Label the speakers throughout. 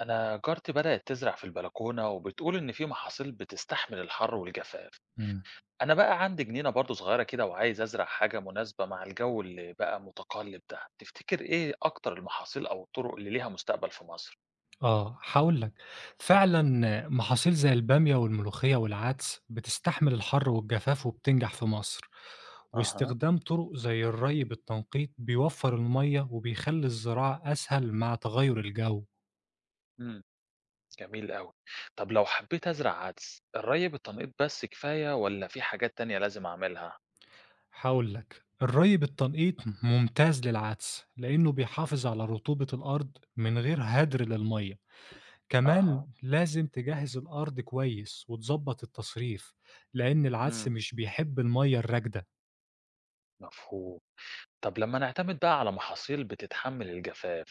Speaker 1: أنا جارتي بدأت تزرع في البلكونة وبتقول إن في محاصيل بتستحمل الحر والجفاف،
Speaker 2: إمم.
Speaker 1: أنا بقى عندي جنينة برضو صغيرة كده وعايز أزرع حاجة مناسبة مع الجو اللي بقى متقلب ده، تفتكر إيه أكتر المحاصيل أو الطرق اللي ليها مستقبل في مصر؟
Speaker 2: آه، هاقول لك، فعلًا محاصيل زي البامية والملوخية والعدس بتستحمل الحر والجفاف وبتنجح في مصر،
Speaker 1: أها
Speaker 2: واستخدام طرق زي الري بالتنقيط بيوفّر المَيّة وبيخلّي الزراعة أسهل مع تغيُّر الجو.
Speaker 1: امم جميل أوي، طب لو حبيت أزرع عدس، الري بالتنقيط بس كفاية ولا في حاجات تانية لازم أعملها؟
Speaker 2: هاقول لك، الري بالتنقيط ممتاز للعدس، لإنه بيحافظ على رطوبة الأرض من غير هدر للمَيّة، كمان
Speaker 1: أها
Speaker 2: لازم تجهّز الأرض كويس وتضبّط التصريف، لإن العدس
Speaker 1: امم
Speaker 2: مش بيحب المَيّة الراكدة.
Speaker 1: مفهوم، طب لما نعتمد بقى على محاصيل بتتحمل الجفاف،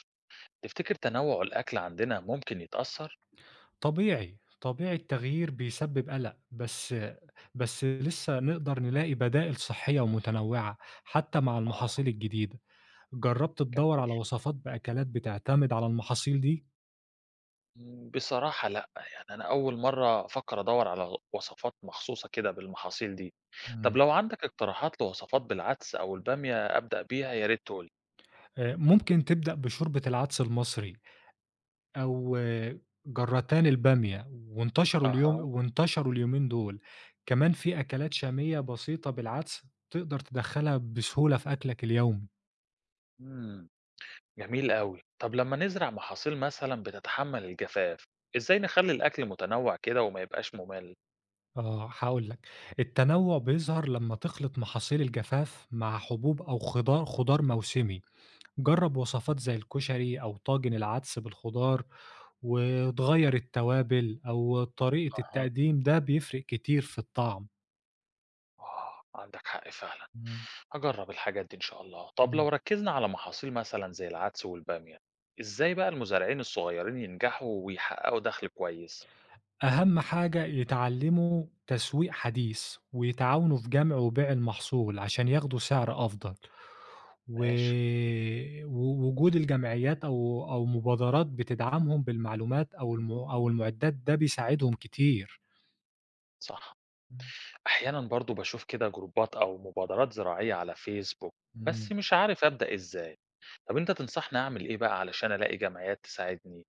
Speaker 1: تفتكر تنوع الأكل عندنا ممكن يتأثر؟
Speaker 2: طبيعي، طبيعي التغيير بيسبب قلق، بس لسه نقدر نلاقي بدائل صحية ومتنوعة حتى مع
Speaker 1: آه،
Speaker 2: المحاصيل الجديدة، جرّبت تدوّر
Speaker 1: جميل.
Speaker 2: على وصفات بأكلات بتعتمد على المحاصيل دي؟
Speaker 1: بصراحة لأ، يعني أنا أول مرّة أفكّر أدوّر على وصفات مخصوصة كده بالمحاصيل دي. طب
Speaker 2: إمم.
Speaker 1: لو عندك اقتراحات لوصفات بالعدس أو البامية أبدأ بيها يا ريت تقول لي.
Speaker 2: ممكن تبدأ بشوربة العدس المصري أو جرّتان البامية وانتشروا اليوم
Speaker 1: أها،
Speaker 2: وانتشروا اليومين دول، كمان في أكلات شامية بسيطة بالعدس تقدر تدخّلها بسهولة في أكلك اليومي.
Speaker 1: إمم، جميل أوي. طب لمّا نزرع محاصيل مثلًا بتتحمّل الجفاف، إزاي نخلّي الأكل متنوّع كده وما يبقاش مُمِل؟
Speaker 2: آه، هاقول لك، التنوع بيظهر لمّا تخلط محاصيل الجفاف مع حبوب أو خضار خضار موسمي، جرّب وصفات زي الكشري أو طاجن العدس بالخضار، وتغيّر التوابل أو طريقة
Speaker 1: أها،
Speaker 2: التقديم ده بيفرق كتير في الطعم.
Speaker 1: آه، عندك حق فعلًا.
Speaker 2: إمم،
Speaker 1: هاجرّب الحاجات دي إن شاء الله. طب
Speaker 2: إمم.
Speaker 1: لو ركّزنا على محاصيل مثلًا زي العدس والبامية، إزاي بقى المزارعين الصغيّرين ينجحوا ويحققوا دخل كويس؟
Speaker 2: أهم حاجة يتعلّموا تسويق حديث، ويتعاونوا في جمع وبيع المحصول عشان ياخدوا سعر أفضل، و
Speaker 1: ماشي.
Speaker 2: ووجود الجمعيات أو مبادرات بتدعمهم بالمعلومات أو الم
Speaker 1: اهم.
Speaker 2: أو المعدات ده بيساعدهم كتير.
Speaker 1: صح. أحيانًا برضه باشوف كده جروبات أو مبادرات زراعية على فيسبوك،
Speaker 2: إمم،
Speaker 1: بس
Speaker 2: إمم.
Speaker 1: مش عارف أبدأ إزاي. طب أنت تنصحني أعمل إيه بقى علشان ألاقي جمعيات تساعدني؟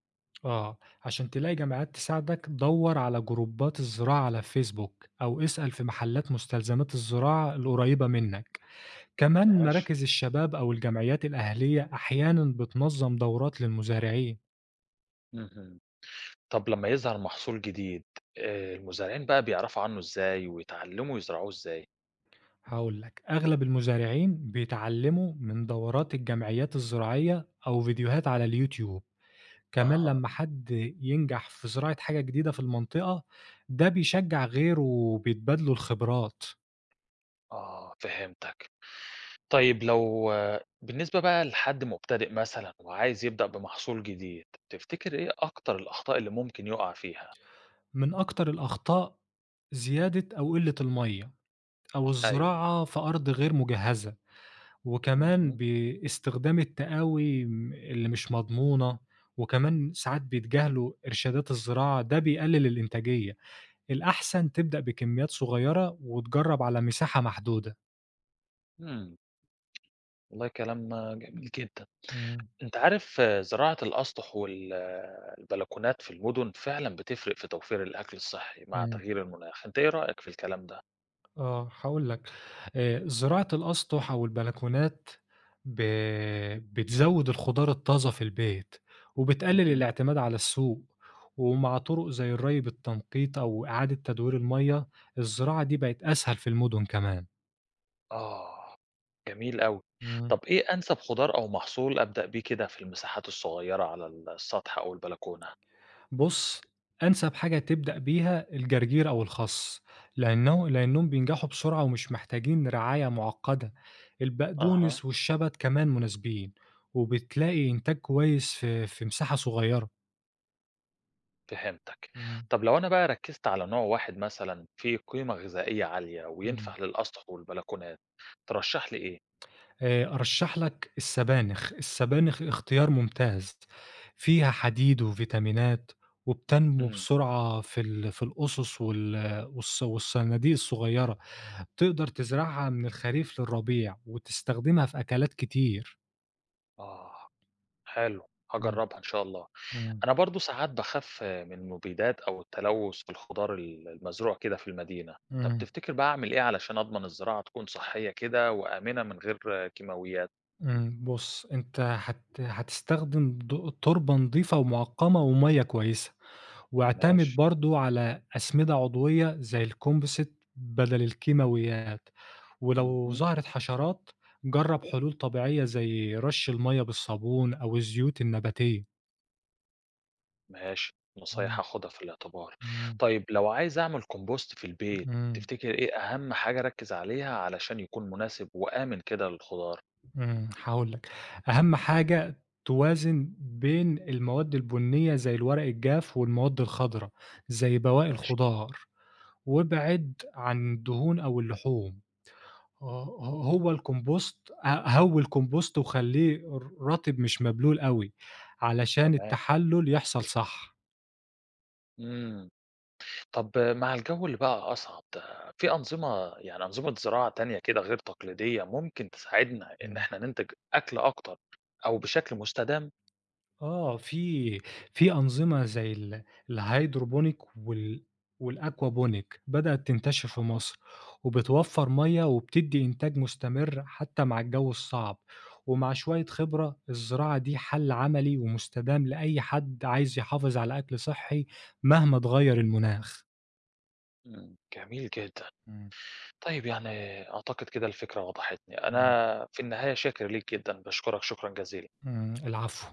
Speaker 2: آه، عشان تلاقي جمعيات تساعدك دَوّر على جروبات الزراعة على الفيسبوك، أو اسأل في محلات مستلزمات الزراعة القريبة منك. كمان
Speaker 1: ماشي.
Speaker 2: مراكز الشباب أو الجمعيات الأهلية أحيانًا بتنظم دورات للمزارعين،
Speaker 1: اهم. طب لمّا يظهر محصول جديد، المزارعين بقى بيعرفوا عنّه إزاي ويتعلّموا يزرعوه إزاي؟
Speaker 2: هاقول لك أغلب المزارعين بيتعلموا من دورات الجمعيات الزراعية أو فيديوهات على اليوتيوب، كمان
Speaker 1: أها.
Speaker 2: لما حد ينجح في زراعة حاجة جديدة في المنطقة ده بيشجع غيره وبيتبادلوا الخبرات،
Speaker 1: آه، فهمتك. طيب لو بالنسبة بقى لحد مبتدئ مثلًا وعايز يبدأ بمحصول جديد، تفتكر إيه أكتر الأخطاء اللي ممكن يُقع فيها؟
Speaker 2: من أكتر الأخطاء زيادة أو قلة المية أو
Speaker 1: أيوه.
Speaker 2: الزراعة في أرض غير مجهزة. وكمان
Speaker 1: اهم.
Speaker 2: باستخدام التقاوي اللي مش مضمونة، وكمان ساعات بيتجاهلوا إرشادات الزراعة، ده بيقلل الإنتاجية، الأحسن تبدأ بكميات صغيرة وتجرب على مساحة محدودة.
Speaker 1: إمم. والله كلام جميل جدًا.
Speaker 2: إمم،
Speaker 1: أنت عارف زراعة الأسطح البلكونات في المدن فعلًا بتفرق في توفير الأكل الصحي مع
Speaker 2: إمم.
Speaker 1: تغيير المناخ، أنت إيه رأيك في الكلام ده؟
Speaker 2: آه، هاقول لك، زراعة الأسطح أو البلكونات ب بتزوّد الخضار الطازة في البيت، وبتقلل
Speaker 1: اهم.
Speaker 2: الاعتماد على السوق، ومع طرق زي الري بالتنقيط أو إعادة تدوير المَيّة، الزراعة دي بقت أسهل في المدن كمان.
Speaker 1: آه. جميل أوي.
Speaker 2: إمم.
Speaker 1: طب إيه أنسب خضار أو محصول أبدأ بيه كده في المساحات الصغيرة على السطح أو البلكونة؟
Speaker 2: بُص، أنسب حاجة تبدأ بيها الجرجير أو الخس، لأنهم بينجحوا بسرعة ومش محتاجين رعاية معقدة،
Speaker 1: أها.
Speaker 2: البقدونس والشبت كمان مناسبين، وبتلاقي إنتاج كويس في مساحة صغيرة.
Speaker 1: فهمتك.
Speaker 2: إمم،
Speaker 1: طب لو أنا بقى ركّزت على نوع واحد مثلًا فيه قيمة غذائية عالية
Speaker 2: إمم.
Speaker 1: وينفع للأسطح والبلكونات، ترشّح لي إيه؟
Speaker 2: أرشّح لك السبانخ، السبانخ اختيار ممتاز، فيها حديد وفيتامينات، وبتنمو
Speaker 1: إمم،
Speaker 2: بسرعة في الأُسُس وال والص والصناديق الصغيرة. تقدر تزرعها من الخريف للربيع، وتستخدمها في أكلات كتير.
Speaker 1: آه، حلو،
Speaker 2: إمم،
Speaker 1: هاجرّبها إن شاء الله.
Speaker 2: إمم،
Speaker 1: أنا برضه ساعات باخاف من المبيدات أو التلوث في الخضار المزروع كده في المدينة. طب
Speaker 2: إمم.
Speaker 1: تفتكر بقى أعمل إيه علشان أضمن الزراعة تكون صحّية كده وآمنة من غير كيماويات؟
Speaker 2: إمم، بُص أنت هتستخدم تربة نضيفة ومعقمة ومَيّة كويسة، واعتمد
Speaker 1: ماشي.
Speaker 2: برضه على أسمدة عضوية زي الcomposite بدل الكيماويات، ولو
Speaker 1: اهم.
Speaker 2: ظهرت حشرات جرّب حلول طبيعية زي رش المَيّة بالصابون أو الزيوت النباتية.
Speaker 1: ماشي، نصايح
Speaker 2: إمم،
Speaker 1: هاخدها في الاعتبار.
Speaker 2: إمم،
Speaker 1: طيب لو عايز أعمل compost في البيت،
Speaker 2: إمم.
Speaker 1: تفتكر إيه أهم حاجة أركّز عليها علشان يكون مناسب وآمن كده للخضار؟
Speaker 2: إمم، هاقول لك، أهم حاجة توازن بين المواد البُنية زي الورق الجاف والمواد الخضرا، زي بواقي
Speaker 1: ماشي،
Speaker 2: الخضار، وابعد عن الدهون أو اللحوم، ه ه هو الكومبوست ه هوّي الكومبوست وخلّيه رطب مش مبلول أوي، علشان
Speaker 1: تمام.
Speaker 2: التحلُّل يحصل صح.
Speaker 1: إمم. طب مع الجو اللي بقى أصعب ده، في أنظمة يعني أنظمة زراعة تانية كده غير تقليدية ممكن تساعدنا إن
Speaker 2: إمم.
Speaker 1: إحنا ننتج أكل أكتر أو بشكل مستدام؟
Speaker 2: آه، في أنظمة زي الهيدروبونيك والأكوابونيك بدأت تنتشر في
Speaker 1: أها،
Speaker 2: مصر، وبتوفّر مَيّة وبتدّي إنتاج مستمر حتى مع الجو الصعب، ومع شوية خبرة الزراعة دي حل عملي ومستدام لأي حد عايز يحافظ على أكل صحّي مهما اتغيّر المناخ.
Speaker 1: جميل جدًا.
Speaker 2: إمم،
Speaker 1: طيب يعني أعتقد كده الفكرة وضحتني.
Speaker 2: إمم.
Speaker 1: أنا في النهاية شاكر ليك جدًا، باشكرك شكرًا جزيلًا.
Speaker 2: إمم، العفو.